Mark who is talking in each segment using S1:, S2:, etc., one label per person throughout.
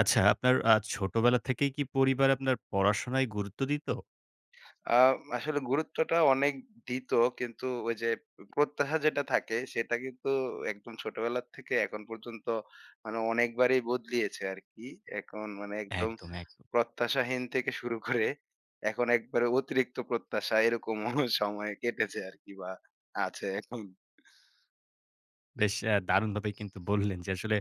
S1: আচ্ছা, আপনার ছোটবেলা থেকেই কি পরিবার আপনার পড়াশোনায় গুরুত্ব দিত?
S2: আ আসলে গুরুত্বটা অনেক দিত। কিন্তু ওই যে প্রত্যাশা যেটা থাকে সেটা কিন্তু একদম ছোটবেলার থেকে এখন পর্যন্ত মানে অনেকবারই বদলিয়েছে আরকি। এখন মানে একদম
S1: একদম, একদম।
S2: প্রত্যাশাহীন থেকে শুরু করে এখন একবারে অতিরিক্ত প্রত্যাশা এরকমও সময় কেটেছে আরকি বা আছে এখন।
S1: বেশ দারুণভাবেই কিন্তু বললেন যে আসলে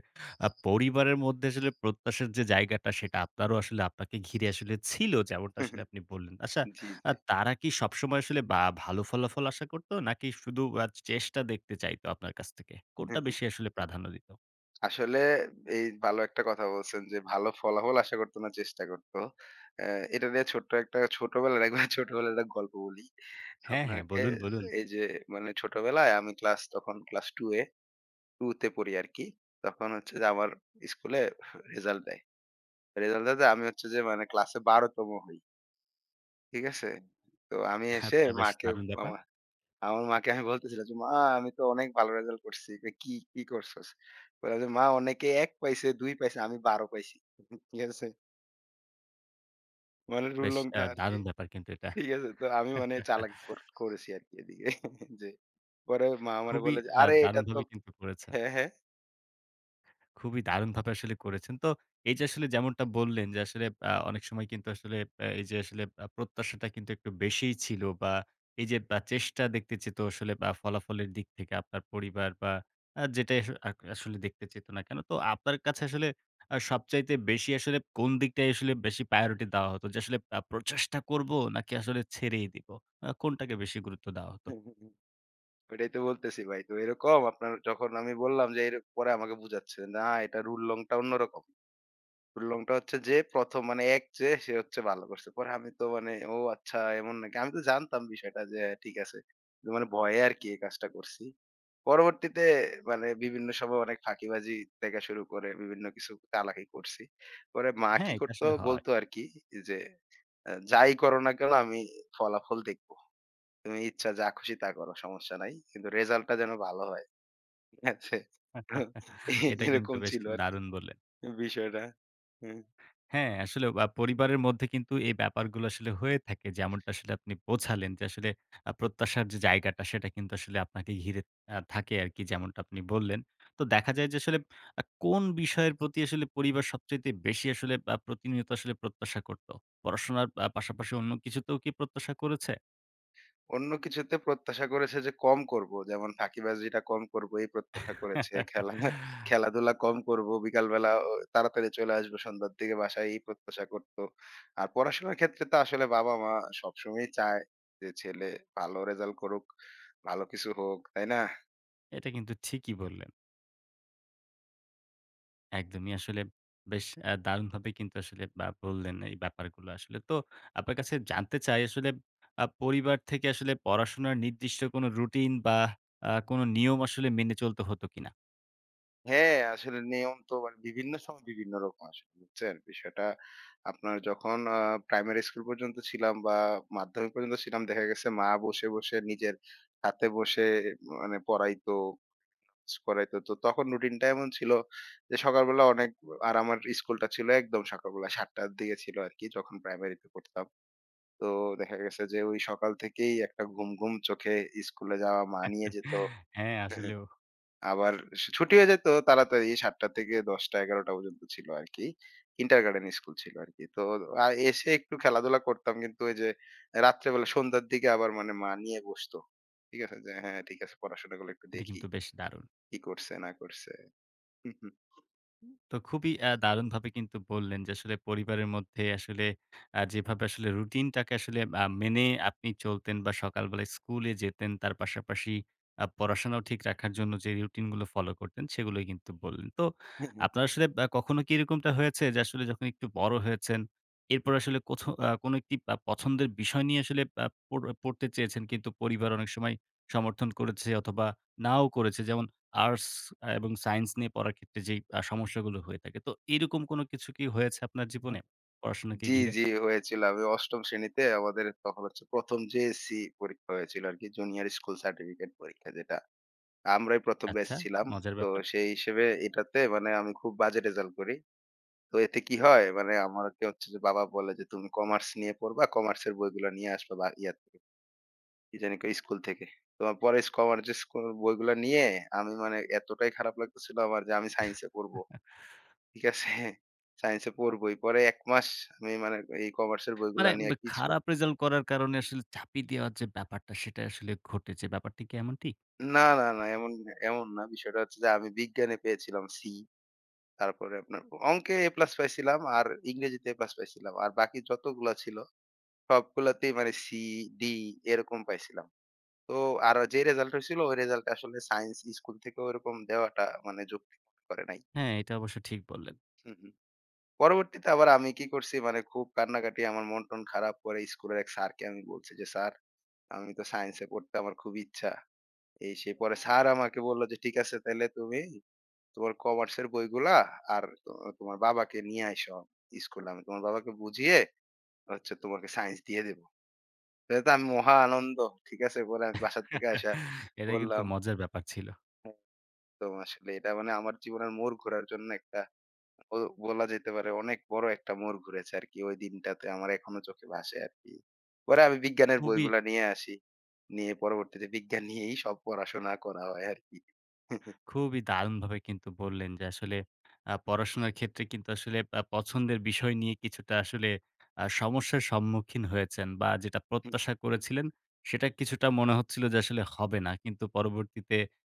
S1: পরিবারের মধ্যে আসলে প্রত্যাশার যে জায়গাটা সেটা আপনারও আসলে আপনাকে ঘিরে আসলে ছিল যেমনটা আসলে আপনি বললেন। আচ্ছা,
S2: জি, জি।
S1: তারা কি সবসময় আসলে বা ভালো ফলাফল আশা করত নাকি শুধু চেষ্টা দেখতে চাইতো আপনার কাছ থেকে? কোনটা বেশি আসলে প্রাধান্য দিত?
S2: আসলে এই ভালো একটা কথা বলছেন যে ভালো ফলাফল আশা করত না চেষ্টা করত। অ্যা এটা নিয়ে ছোট্ট একটা ছোটবেলার একবার ছোটবেলার একটা গল্প বলি।
S1: হ্যাঁ, হ্যাঁ,
S2: আপনাকে
S1: বলুন, বলুন।
S2: এই যে মানে ছোটবেলায় আমি ক্লাস 2 এ 2 তে পড়ি আরকি। তখন হচ্ছে যে আমার স্কুলে রেজাল্ট দেয়। রেজাল্ট দেওয়াতে আমি হচ্ছে যে মানে ক্লাসে ১২ তম হই। ঠিক আছে? তো আমি এসে
S1: আচ্ছা, বেশ
S2: মাকে
S1: দারুণ ব্যাপার।
S2: আমা আমার মাকে আমি বলতেছিলাম যে, "মা আমি তো অনেক ভালো রেজাল্ট করছি।" কয়, "কি করছস?" বললাম যে, "মা অনেকে ১ পাইছে, 2 পাইছে, আমি ১২ পাইছি।" ঠিক আছে? মানে
S1: বেশ
S2: উল্লঙ্ঘা আরকি।
S1: দারুণ ব্যাপার কিন্তু এটা।
S2: ঠিক আছে? তো আমি মানে চালাকি কর করেছি আরকি এদিকে যে পরে মা আমারে
S1: খুবই
S2: বলে যে, "আরে এটা তো
S1: দারুণভাবে কিন্তু করেছেন।
S2: হ্যাঁ, হ্যাঁ।
S1: খুবই দারুণভাবে আসলে করেছেন। তো এই যে আসলে যেমনটা বললেন যে আসলে অনেক সময় কিন্তু আসলে আ এই যে আসলে আ প্রত্যাশাটা কিন্তু একটু বেশিই ছিল বা এই যে চেষ্টা দেখতে চেত আসলে বা ফলাফলের দিক থেকে আপনার পরিবার বা আ যেটাই আস আ আসলে দেখতে চেত না কেন? তো আপনার কাছে আসলে সবচাইতে বেশি আসলে কোন দিকটায় আসলে বেশি প্রায়োরিটি দেওয়া হতো? যে আসলে প্রচেষ্টা করব নাকি আসলে ছেড়েই দিব? কোনটাকে বেশি গুরুত্ব দেওয়া হতো?
S2: ওইটাই তো বলতেছি ভাই।" তো এরকম আপনার যখন আমি বললাম যে, পরে আমাকে বুঝাচ্ছে, "না এটা রুল লংটা অন্যরকম। রুল লংটা হচ্ছে যে ১ম মানে ১ যে সে হচ্ছে ভালো করছে।" পরে আমি তো মানে, "ও আচ্ছা এমন নাকি?" আমি তো জানতাম বিষয়টা যে হ্যাঁ, ঠিক আছে। কিন্তু মানে ভয়ে আরকি এই কাজটা করছি। পরবর্তীতে মানে বিভিন্ন সময় অনেক ফাঁকিবাজি থেকে শুরু করে বিভিন্ন কিছু চালাকি করছি। পরে মা
S1: হ্যাঁ,
S2: কি
S1: এটা
S2: করতো
S1: আসলে হয়।
S2: বলতো আরকি যে, " যাই করো না কেন আমি ফলাফল দেখব।" তুমি ইচ্ছা যা খুশি তা করো সমস্যা নাই। কিন্তু রেজাল্টটা যেন ভালো হয়। ঠিক আছে? তো
S1: এটা কিন্তু
S2: এরকম
S1: বেশ
S2: ছিল আরকি
S1: দারুণ বললেন।
S2: বিষয়টা। হুম।
S1: হ্যাঁ, আসলে পরিবারের মধ্যে কিন্তু এই ব্যাপারগুলো আসলে হয়ে থাকে। যেমনটা আসলে আপনি বোঝালেন যে আসলে প্রত্যাশার যে জায়গাটা সেটা কিন্তু আসলে আপনাকে ঘিরে থাকে আরকি যেমনটা আপনি বললেন। তো দেখা যায় যে আসলে কোন বিষয়ের প্রতি আসলে পরিবার সবচাইতে বেশি আসলে প্রতিনিয়ত আসলে প্রত্যাশা করত? পড়াশোনার পাশাপাশি অন্য কিছুতেও কি প্রত্যাশা করেছে?
S2: অন্য কিছুতে প্রত্যাশা করেছে যে কম করব। যেমন ফাঁকিবাজিটা কম করব এই প্রত্যাশা করেছে। খেলাধুলা কম করব। বিকালবেলা তাড়াতাড়ি চলে আসবো সন্ধ্যার দিকে বাসায় এই প্রত্যাশা করত। আর পড়াশোনার ক্ষেত্রে তো আসলে বাবা-মা সবসময়ই চায় যে ছেলে ভালো রেজাল্ট করুক, ভালো কিছু হোক। তাই না?
S1: এটা কিন্তু ঠিকই বললেন। একদমই আসলে বেশ দারুণভাবে কিন্তু আসলে বা বললেন এই ব্যাপারগুলো আসলে। তো আপনার কাছে জানতে চাই আসলে পরিবার থেকে আসলে পড়াশোনার নির্দিষ্ট কোনো রুটিন বা কোনো নিয়ম আসলে মেনে চলতে হতো কিনা?
S2: হ্যাঁ, আসলে নিয়ম তো মানে বিভিন্ন সময় বিভিন্ন রকম আসলে বুঝছেন? বিষয়টা আপনার যখন প্রাইমারি স্কুল পর্যন্ত ছিলাম বা মাধ্যমিক পর্যন্ত ছিলাম দেখা গেছে মা বসে নিজের হাতে বসে মানে পড়াইতো, করাইতো। তো তখন রুটিনটা এমন ছিল যে সকালবেলা অনেক আর আমার স্কুলটা ছিল একদম সকালবেলা ৭ঃ০০ র দিকে ছিল আরকি যখন প্রাইমারিতে পড়তাম। তো দেখা গেছে যে ওই সকাল থেকেই একটা ঘুম, ঘুম চোখে স্কুলে যাওয়া মা নিয়ে যেত।
S1: হ্যাঁ, আসলেও
S2: আবার ছুটি হয়ে যেত তাড়াতাড়ি ৭ঃ০০ থেকে ১০ঃ০০-১১ঃ০০ পর্যন্ত ছিল আরকি। কিন্ডারগার্টেন স্কুল ছিল আরকি। তো এসে একটু খেলাধুলা করতাম কিন্তু ওই যে রাত্রেবেলা সন্ধ্যার দিকে আবার মানে মা নিয়ে বসত। ঠিক আছে? যে হ্যাঁ, ঠিক আছে পড়াশোনাগুলো একটু
S1: এটা
S2: দেখি।
S1: কিন্তু বেশ দারুণ।
S2: কি করছে না করছে। হু, হু।
S1: তো খুবই দারুণভাবে কিন্তু বললেন যে, আসলে পরিবারের মধ্যে আসলে যেভাবে আসলে রুটিনটাকে আসলে মেনে আপনি চলতেন বা সকালবেলায় স্কুলে যেতেন, তার পাশাপাশি পড়াশোনাও ঠিক রাখার জন্য যে রুটিনগুলো ফলো করতেন, সেগুলোই কিন্তু বললেন। তো আপনার আসলে কখনো কি এরকমটা হয়েছে যে, আসলে যখন একটু বড় হয়েছেন, এরপর আসলে কোথাও কোনো একটি পছন্দের বিষয় নিয়ে আসলে আ পড় পড়তে চেয়েছেন, কিন্তু পরিবার অনেক সময় সমর্থন করেছে অথবা নাও করেছে? যেমন আর্টস এবং সায়েন্স নিয়ে পড়ার ক্ষেত্রে যেই সমস্যাগুলো হয়ে থাকে। তো এরকম কোনো কিছু কি হয়েছে আপনার
S2: হ্যাঁ।
S1: জীবনে পড়াশোনাকে
S2: জি,
S1: ঘিরে?
S2: জি হয়েছিল। আমি ৮ম শ্রেণীতে আমাদের তখন হচ্ছে ১ম জেএসসি পরীক্ষা হয়েছিল আরকি। জুনিয়র স্কুল সার্টিফিকেট পরীক্ষা যেটা। আমরাই ১ম ব্যাচ
S1: আচ্ছা,
S2: ছিলাম।
S1: মজার
S2: তো
S1: ব্যাপার।
S2: সেই হিসেবে এটাতে মানে আমি খুব বাজে রেজাল্ট করি। তো এতে কি হয়? মানে আমাকে হচ্ছে যে বাবা বলে যে, "তুমি কমার্স নিয়ে পড়বা, কমার্সের বইগুলা নিয়ে আসবা বা ইয়া থেকে, কি জানি কয় স্কুল থেকে।" তো আমার পরে কমার্সের স্কুল বইগুলা নিয়ে আমি মানে এতটাই খারাপ লাগতেছিল আমার যে আমি সায়েন্সে পড়বো। ঠিক আছে? সায়েন্সে পড়বোই। পরে ১ মাস আমি মানে এই কমার্সের
S1: মানে
S2: বইগুলা নিয়ে কিছু
S1: খারাপ রেজাল্ট করার কারণে আসলে চাপিয়ে দেওয়ার যে ব্যাপারটা সেটা আসলে ঘটেছে। ব্যাপারটি কি এমনটি?
S2: না, না, না এমন না। বিষয়টা হচ্ছে যে আমি বিজ্ঞানে পেয়েছিলাম সি, তারপরে আপনার অঙ্কে এ প্লাস পাইছিলাম আর ইংরেজিতে এ প্লাস পাইছিলাম। আর বাকি যতগুলা ছিল সবগুলাতেই মানে সি, ডি এরকম পাইছিলাম। তো আর যে রেজাল্ট হইছিল ওই রেজাল্টে আসলে সায়েন্স স্কুল থেকে ওরকম দেওয়াটা মানে যৌক্তিক মনে করে নাই।
S1: হ্যাঁ, এটা অবশ্য ঠিক বললেন।
S2: হুম, হুম। পরবর্তীতে আবার আমি কি করছি মানে খুব কান্নাকাটি আমার মন-টন খারাপ পরে স্কুলের এক স্যারকে আমি বলছি যে, "স্যার আমি তো সায়েন্সে পড়তে আমার খুব ইচ্ছা।" এই সেই পরে স্যার আমাকে বলল যে, "ঠিক আছে তাইলে তুমি তোমার কমার্সের বইগুলা আর তো তোমার বাবাকে নিয়ে আইসো স্কুলে। আমি তোমার বাবাকে বুঝিয়ে হচ্ছে তোমাকে সায়েন্স দিয়ে দেব।" এটা তো আমি মহা আনন্দ। ঠিক আছে? পরে আমি বাসার থেকে আইসা
S1: এটা কিন্তু
S2: বললাম
S1: মজার ব্যাপার ছিল।
S2: তো আসলে এটা মানে আমার জীবনের মোড় ঘোরার জন্য একটা ও বলা যেতে পারে অনেক বড় একটা মোড় ঘুরেছে আরকি। ওই দিনটাতে আমার এখনো চোখে ভাসে আরকি। পরে আমি বিজ্ঞানের
S1: খুবই
S2: বইগুলা নিয়ে আসি। নিয়ে পরবর্তীতে বিজ্ঞান নিয়েই সব পড়াশোনা করা হয় আরকি।
S1: খুবই দারুণভাবে কিন্তু বললেন যে আসলে পড়াশোনার ক্ষেত্রে কিন্তু আসলে পছন্দের বিষয় নিয়ে কিছুটা আসলে সমস্যার সম্মুখীন হয়েছেন বা যেটা
S2: হুম,
S1: প্রত্যাশা করেছিলেন, সেটা কিছুটা মনে হচ্ছিল যে আসলে হবে না। কিন্তু পরবর্তীতে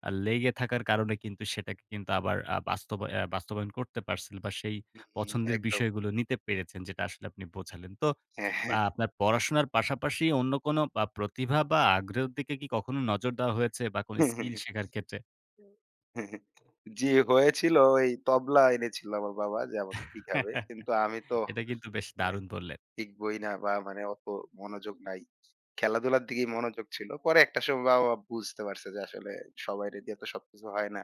S1: লেগে থাকার কারণে কিন্তু সেটাকে কিন্তু আবার আ বাস্তবা আ বাস্তবায়ন করতে পারছিলেন বা সেই পছন্দের
S2: একদম।
S1: বিষয়গুলো নিতে পেরেছেন যেটা আসলে আপনি বোঝালেন। তো
S2: হ্যাঁ, হ্যাঁ।
S1: আপনার পড়াশোনার পাশাপাশি অন্য কোনো প্রতিভা বা আগ্রহের দিকে কি কখনো নজর দেওয়া হয়েছে বা কোনো স্কিল শেখার ক্ষেত্রে?
S2: জি, হয়েছিল ওই তবলা এনেছিল আমার বাবা যে আমাকে শিখাবে। কিন্তু আমি তো
S1: এটা কিন্তু বেশ
S2: মানে
S1: দারুণ বললেন।
S2: শিখবই না বা মানে অত মনোযোগ নাই। খেলাধুলার দিকেই মনোযোগ ছিল। পরে একটা সময় বাবা-মা বুঝতে পারছে যে আসলে সবাইরে দিয়ে তো সবকিছু হয় না।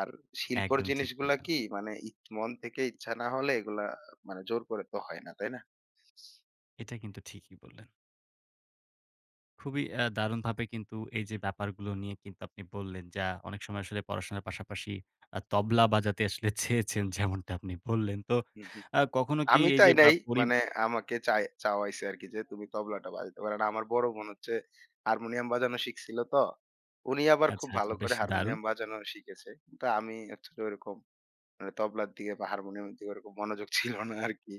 S2: আর শিল্পর
S1: একদমই ঠিক
S2: জিনিসগুলা
S1: বললেন।
S2: কি মানে মন থেকে ইচ্ছা না হলে এগুলা মানে জোর করে তো হয় না, তাই না?
S1: এটা কিন্তু ঠিকই বললেন। খুবই দারুণভাবে কিন্তু এই যে ব্যাপারগুলো নিয়ে কিন্তু আপনি বললেন, যা অনেক সময় আসলে পড়াশোনার পাশাপাশি তবলা বাজাতে আসলে চেয়েছেন যেমনটা আপনি বললেন। তো
S2: হুম, হুম।
S1: আ কখনো কি
S2: আমি
S1: এই
S2: চাই
S1: যে বা
S2: নাই
S1: পরি
S2: মানে আমাকে চাওয়াইছে আরকি যে তুমি তবলাটা বাজাতে পারো। আর আমার বড় বোন হচ্ছে হারমোনিয়াম বাজানো শিখছিল তো। উনি আবার খুব
S1: আচ্ছা,
S2: ভালো
S1: আচ্ছা,
S2: করে
S1: বেশ দারুণ।
S2: হারমোনিয়াম বাজানো শিখেছে। কিন্তু আমি হচ্ছে যে ওইরকম মানে তবলার দিকে বা হারমোনিয়ামের দিকে ওরকম মনোযোগ ছিল না আরকি।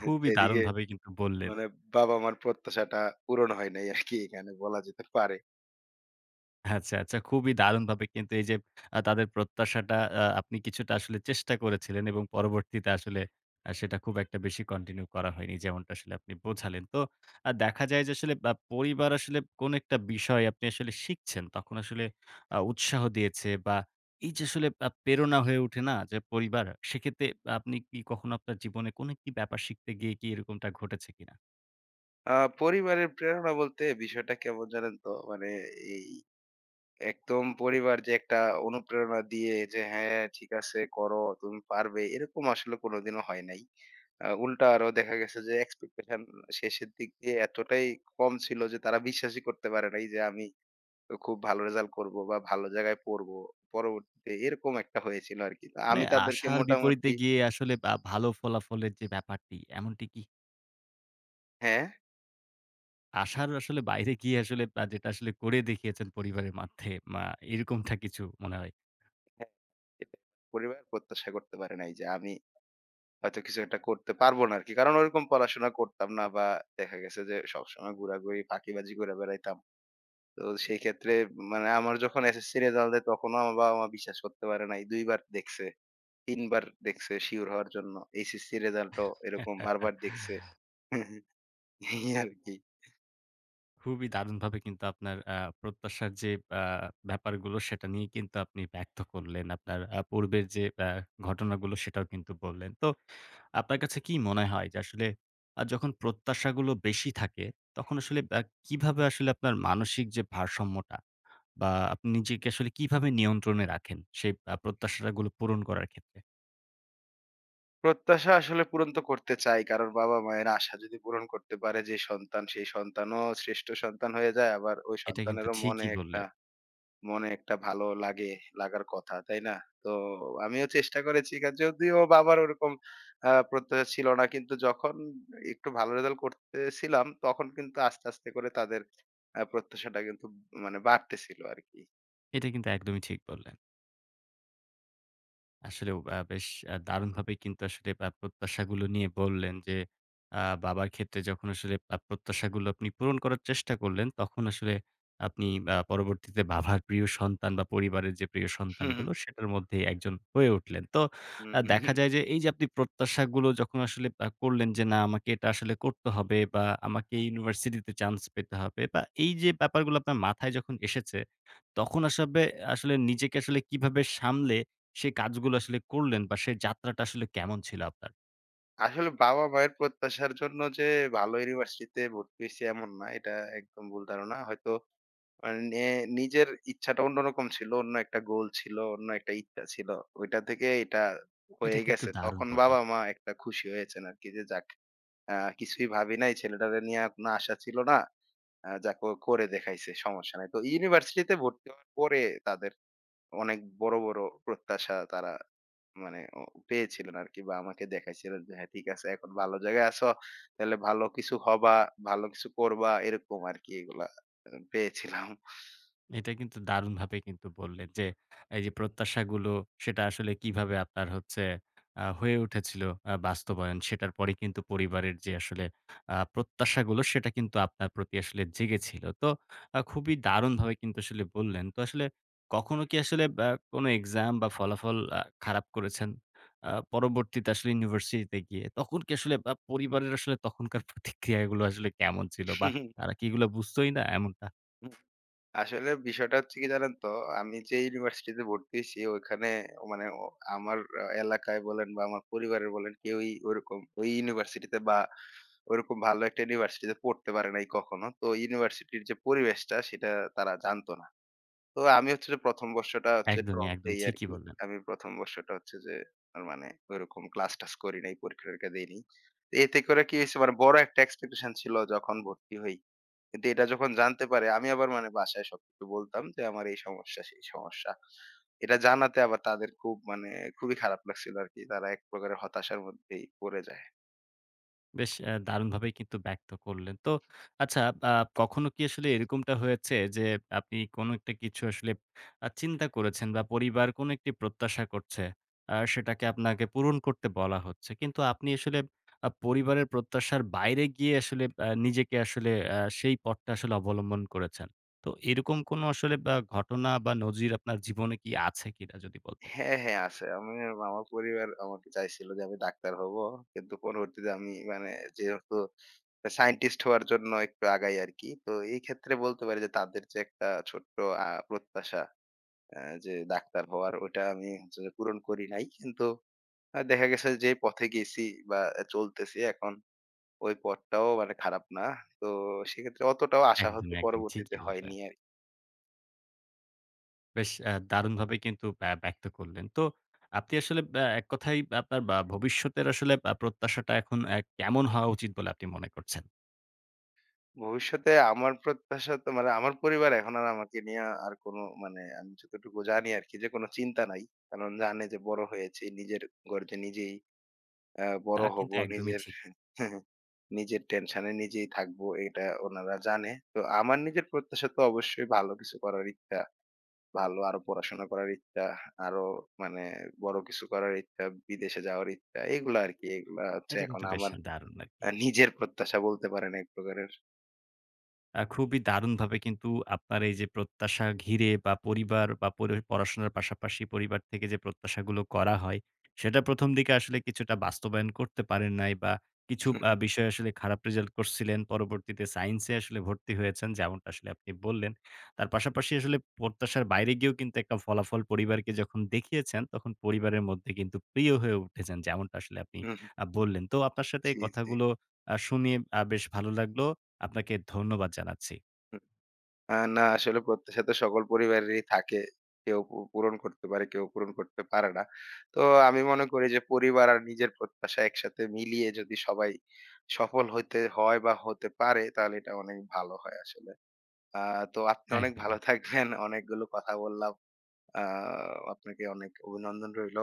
S1: খুবই
S2: এদিকে
S1: দারুণভাবে কিন্তু বললেন।
S2: মানে বাবা-মার প্রত্যাশাটা পূরণ হয় নাই আরকি এখানে বলা যেতে পারে।
S1: আচ্ছা, আচ্ছা। খুবই দারুণভাবে কিন্তু এই যে তাদের প্রত্যাশাটা আপনি কিছুটা আসলে চেষ্টা করেছিলেন এবং পরবর্তীতে আসলে সেটা খুব একটা বেশি কন্টিনিউ করা হয়নি। যেমনটা আসলে আপনি বোঝালেন। তো দেখা যায় যে আসলে পরিবার আসলে কোনো একটা বিষয় আপনি আসলে শিখছেন, তখন আসলে উৎসাহ দিয়েছে বা এই যে আসলে প্রেরণা হয়ে ওঠে না যে পরিবার, সেক্ষেত্রে আপনি কি কখনো আপনার জীবনে কোনো একটি ব্যাপার শিখতে গিয়ে কি এরকমটা ঘটেছে কিনা?
S2: আ পরিবারের প্রেরণা বলতে বিষয়টা কেমন জানেন তো? মানে এই একদম পরিবার যে একটা অনুপ্রেরণা দিয়ে যে, "হ্যাঁ, ঠিক আছে করো, তুমি পারবে।" এরকম আসলে কোনোদিনও হয় নাই। উল্টা আরো দেখা গেছে যে expectation শেষের দিক দিয়ে এতটাই কম ছিল যে তারা বিশ্বাসই করতে পারে নাই যে আমি খুব ভালো রেজাল্ট করব বা ভালো জায়গায় পড়বো। পরবর্তীতে এরকম একটা হয়েছিল আরকি। তো
S1: মানে
S2: আমি তাদেরকে
S1: আশার বিপরীতে
S2: মোটামুটি
S1: গিয়ে আসলে ভালো ফলাফলের যে ব্যাপারটি, এমনটি কি
S2: হ্যাঁ?
S1: আশার আসলে বাইরে গিয়ে আসলে যেটা আসলে করে দেখিয়েছেন পরিবারের মাধ্যে মা এরকমটা কিছু মনে হয়।
S2: হ্যাঁ, সেটাই। পরিবার প্রত্যাশা করতে পারে নাই যে আমি হয়তো কিছু একটা করতে পারবো না আরকি। কারণ ওরকম পড়াশোনা করতাম না বা দেখা গেছে যে সবসময় ঘোরাঘুরি, ফাঁকিবাজি করে বেড়াইতাম। তো সেই ক্ষেত্রে মানে আমার যখন এসএসসি রেজাল্ট দেয় তখনও আমার বাবা-মা বিশ্বাস করতে পারে নাই। ২ বার দেখছে, ৩ বার দেখছে সিউর হওয়ার জন্য। এইচএসসি রেজাল্টও এরকম বারবার দেখছে। এই আরকি।
S1: খুবই দারুণভাবে কিন্তু আপনার প্রত্যাশার যে আ ব্যাপারগুলো সেটা নিয়ে কিন্তু আপনি ব্যক্ত করলেন। আপনার পূর্বের যে ঘটনাগুলো সেটাও কিন্তু বললেন। তো আপনার কাছে কি মনে হয় যে আসলে যখন প্রত্যাশাগুলো বেশি থাকে তখন আসলে কিভাবে আসলে আপনার মানসিক যে ভারসাম্যটা বা আপনি নিজেকে আসলে কিভাবে নিয়ন্ত্রণে রাখেন সেই প্রত্যাশাগুলো পূরণ করার ক্ষেত্রে?
S2: প্রত্যাশা আসলে পূরণ তো করতে চাই। কারণ বাবা-মায়ের আশা যদি পূরণ করতে পারে যে সন্তান, সেই সন্তানও শ্রেষ্ঠ সন্তান হয়ে যায়। আবার ওই
S1: এটা কিন্তু
S2: সন্তানেরও
S1: ঠিকই বললেন।
S2: মনে একটা ভালো লাগে, লাগার কথা, তাই না? তো আমিও চেষ্টা করেছি যদিও বাবার ওরকম প্রত্যাশা ছিল না। কিন্তু যখন একটু ভালো রেজাল্ট করতেছিলাম, তখন কিন্তু আস্তে, আস্তে করে তাদের প্রত্যাশাটা কিন্তু মানে বাড়তেছিল আরকি।
S1: এটা কিন্তু একদমই ঠিক বললেন। আসলেও বেশ দারুণভাবেই কিন্তু আসলে প্রত্যাশাগুলো নিয়ে বললেন যে, আ বাবার ক্ষেত্রে যখন আসলে প্রত্যাশাগুলো আপনি পূরণ করার চেষ্টা করলেন, তখন আসলে আপনি পরবর্তীতে বাবার প্রিয় সন্তান বা পরিবারের যে প্রিয় সন্তানগুলো, সেটার মধ্যেই একজন হয়ে উঠলেন। তো দেখা যায় যে, এইযে আপনি প্রত্যাশাগুলো যখন আসলে করলেন যে, "না, আমাকে এটা আসলে করতে হবে" বা "আমাকে ইউনিভার্সিটিতে চান্স পেতে হবে" বা এইযে ব্যাপারগুলো আপনার মাথায় যখন এসেছে, তখন আসবে আসলে নিজেকে আসলে কিভাবে সামলে সেই কাজগুলো আসলে করলেন বা সেই যাত্রাটা আসলে কেমন ছিল আপনার?
S2: আসলে বাবা-মায়ের প্রত্যাশার জন্য যে ভালো ইউনিভার্সিটিতে ভর্তি হইছি এমন না। এটা একদম ভুল ধারণা। হয়তো মানে নিজের ইচ্ছাটা অন্যরকম ছিল, অন্য একটা গোল ছিল, অন্য একটা ইচ্ছা ছিল। ওইটা থেকে এটা
S1: এটা
S2: হয়ে
S1: কিন্তু
S2: গেছে।
S1: দারুণ
S2: তখন
S1: বললেন।
S2: বাবা-মা একটা খুশি হয়েছেন আরকি যে যাক কিছুই ভাবি নাই, ছেলেটারে নিয়ে আর কোনো আশা ছিল না। যাক ও করে দেখাইছে, সমস্যা নাই। তো ইউনিভার্সিটিতে ভর্তি হওয়ার পরে তাদের অনেক বড়, বড় প্রত্যাশা তারা মানে পেয়েছিলেন আরকি বা আমাকে দেখাইছিলেন যে, "হ্যাঁ ঠিক আছে এখন ভালো জায়গায় আছো, তাহলে ভালো কিছু হবা, ভালো কিছু করবা।" এরকম আরকি এগুলা পেয়েছিলাম।
S1: এটা কিন্তু দারুণভাবে কিন্তু বললেন যে, এই যে প্রত্যাশাগুলো সেটা আসলে কিভাবে আপনার হচ্ছে হয়ে উঠেছিল বাস্তবায়ন। সেটার পরে কিন্তু পরিবারের যে আসলে প্রত্যাশাগুলো সেটা কিন্তু আপনার প্রতি আসলে জেগেছিল। তো খুবই দারুণভাবে কিন্তু আসলে বললেন। তো আসলে কখনো কি আসলে বা কোনো এক্সাম বা ফলাফল খারাপ করেছেন? পরবর্তীতে আসলে ইউনিভার্সিটিতে গিয়ে তখন কি আসলে পরিবারের আসলে তখনকার প্রতিক্রিয়াগুলো আসলে কেমন ছিল? বা তারা কি এগুলো বুঝতোই না এমনটা?
S2: হুম, আসলে বিষয়টা হচ্ছে কি জানেন তো? আমি যে ইউনিভার্সিটিতে ভর্তি হইছি ওইখানে মানে ও আমার এলাকায় বলেন বা আমার পরিবারের বলেন কেউই ওরকম ওই ইউনিভার্সিটিতে বা ওরকম ভালো একটা ইউনিভার্সিটিতে পড়তে পারে নাই কখনো। তো ইউনিভার্সিটির যে পরিবেশটা সেটা তারা জানতো না। তো আমি হচ্ছে যে ১ম বর্ষটা হচ্ছে
S1: একদমই,
S2: ড্রপ
S1: একদম
S2: দেই
S1: ঠিকই
S2: আরকি।
S1: বললেন।
S2: আমি ১ম বর্ষটা হচ্ছে যে মানে ওইরকম ক্লাস-টাস করি নাই, পরীক্ষা-টরীক্ষা দেইনি। এতে করে কি হইছে মানে বড় একটা এক্সপেকটেশন ছিল যখন ভর্তি হই। কিন্তু এটা যখন জানতে পারে আমি আবার মানে বাসায় সবকিছু বলতাম যে আমার এই সমস্যা সেই সমস্যা। এটা জানাতে আবার তাদের খুব মানে খুবই খারাপ লাগছিল আরকি। তারা এক প্রকারের হতাশার মধ্যেই পড়ে যায়।
S1: বেশ দারুণভাবেই কিন্তু ব্যক্ত করলেন। তো আচ্ছা, আ কখনো কি আসলে এরকমটা হয়েছে যে আপনি কোনো একটা কিছু আসলে চিন্তা করেছেন বা পরিবার কোনো একটি প্রত্যাশা করছে, সেটাকে আপনাকে পূরণ করতে বলা হচ্ছে। কিন্তু আপনি আসলে পরিবারের প্রত্যাশার বাইরে গিয়ে আসলে নিজেকে আসলে সেই পথটা আসলে অবলম্বন করেছেন। তো এরকম কোনো আসলে বা ঘটনা বা নজির আপনার জীবনে কি আছে কিনা যদি বলতেন?
S2: হ্যাঁ, হ্যাঁ আছে। আমার পরিবার আমাকে চাইছিল যে আমি ডাক্তার হবো। কিন্তু পরবর্তীতে আমি মানে যেহেতু সায়েন্টিস্ট হওয়ার জন্য একটু আগাই আরকি। তো এই ক্ষেত্রে বলতে পারি যে তাদের যে একটা ছোট্ট প্রত্যাশা যে ডাক্তার হওয়ার ওইটা আমি হচ্ছে যে পূরণ করি নাই। কিন্তু দেখা গেছে যে পথে গেছি বা চলতেছি এখন ওই পথটাও মানে খারাপ না। তো সেক্ষেত্রে অতটাও আশাহত
S1: একদমই, একদম
S2: পরবর্তীতে
S1: ঠিকই বললেন।
S2: হয়নি আরকি।
S1: বেশ দারুণভাবে কিন্তু ব্যক্ত করলেন। তো আপনি আসলে এক কথায় আপনার বা ভবিষ্যতের আসলে প্রত্যাশাটা এখন কেমন হওয়া উচিত বলে আপনি মনে করছেন?
S2: ভবিষ্যতে আমার প্রত্যাশা তো মানে আমার পরিবার এখন আর আমাকে নিয়ে আর কোনো মানে আমি যতটুকু জানি আরকি যে কোনো চিন্তা নাই। কারণ জানে যে বড় হয়েছি, নিজের গর্জে নিজেই
S1: তা
S2: বড় হব,
S1: কিন্তু একদমই
S2: নিজের
S1: ঠিক।
S2: নিজের টেনশনে নিজেই থাকবো এটা ওনারা জানে। তো আমার নিজের প্রত্যাশা তো অবশ্যই ভালো কিছু করার ইচ্ছা ভালো আরো পড়াশোনা করার ইচ্ছা, আরো মানে বড় কিছু করার ইচ্ছা, বিদেশে যাওয়ার ইচ্ছা এগুলা আরকি। এগুলা হচ্ছে
S1: এটা
S2: এখন
S1: কিন্তু বেশ
S2: আমার
S1: দারুণ আরকি।
S2: নিজের প্রত্যাশা বলতে পারেন এক প্রকারের।
S1: খুবই দারুণভাবে কিন্তু আপনার এই যে প্রত্যাশা ঘিরে বা পরিবার বা পড়াশোনার পাশাপাশি পরিবার থেকে যে প্রত্যাশাগুলো করা হয়, সেটা ১ম দিকে আসলে কিছুটা বাস্তবায়ন করতে পারেন নাই বা কিছু বিষয়ে আসলে খারাপ রেজাল্ট করছিলেন। পরবর্তীতে সায়েন্সে আসলে ভর্তি হয়েছেন যেমনটা আসলে আপনি বললেন। তার পাশাপাশি আসলে প্রত্যাশার বাইরে গিয়েও কিন্তু একটা ফলাফল পরিবারকে যখন দেখিয়েছেন, তখন পরিবারের মধ্যে কিন্তু প্রিয় হয়ে উঠেছেন যেমনটা আসলে আপনি
S2: হু, হু।
S1: বললেন। তো আপনার সাথে এই
S2: জি, জি।
S1: কথাগুলো শুনিয়ে বেশ ভালো লাগলো। আপনাকে ধন্যবাদ জানাচ্ছি।
S2: হুম। না আসলে প্রত্যাশা তো সকল পরিবারেরই থাকে। কেউ পূরণ করতে পারে, কেউ পূরণ করতে পারে না। তো আমি মনে করি যে পরিবার আর নিজের প্রত্যাশা একসাথে মিলিয়ে যদি সবাই সফল হইতে হয় বা হতে পারে তাহলে এটা অনেক ভালো হয় আসলে। আ তো আপনি অনেক
S1: একদম।
S2: ভালো থাকবেন। অনেকগুলো কথা বললাম। আ আপনাকে অনেক অভিনন্দন রইল।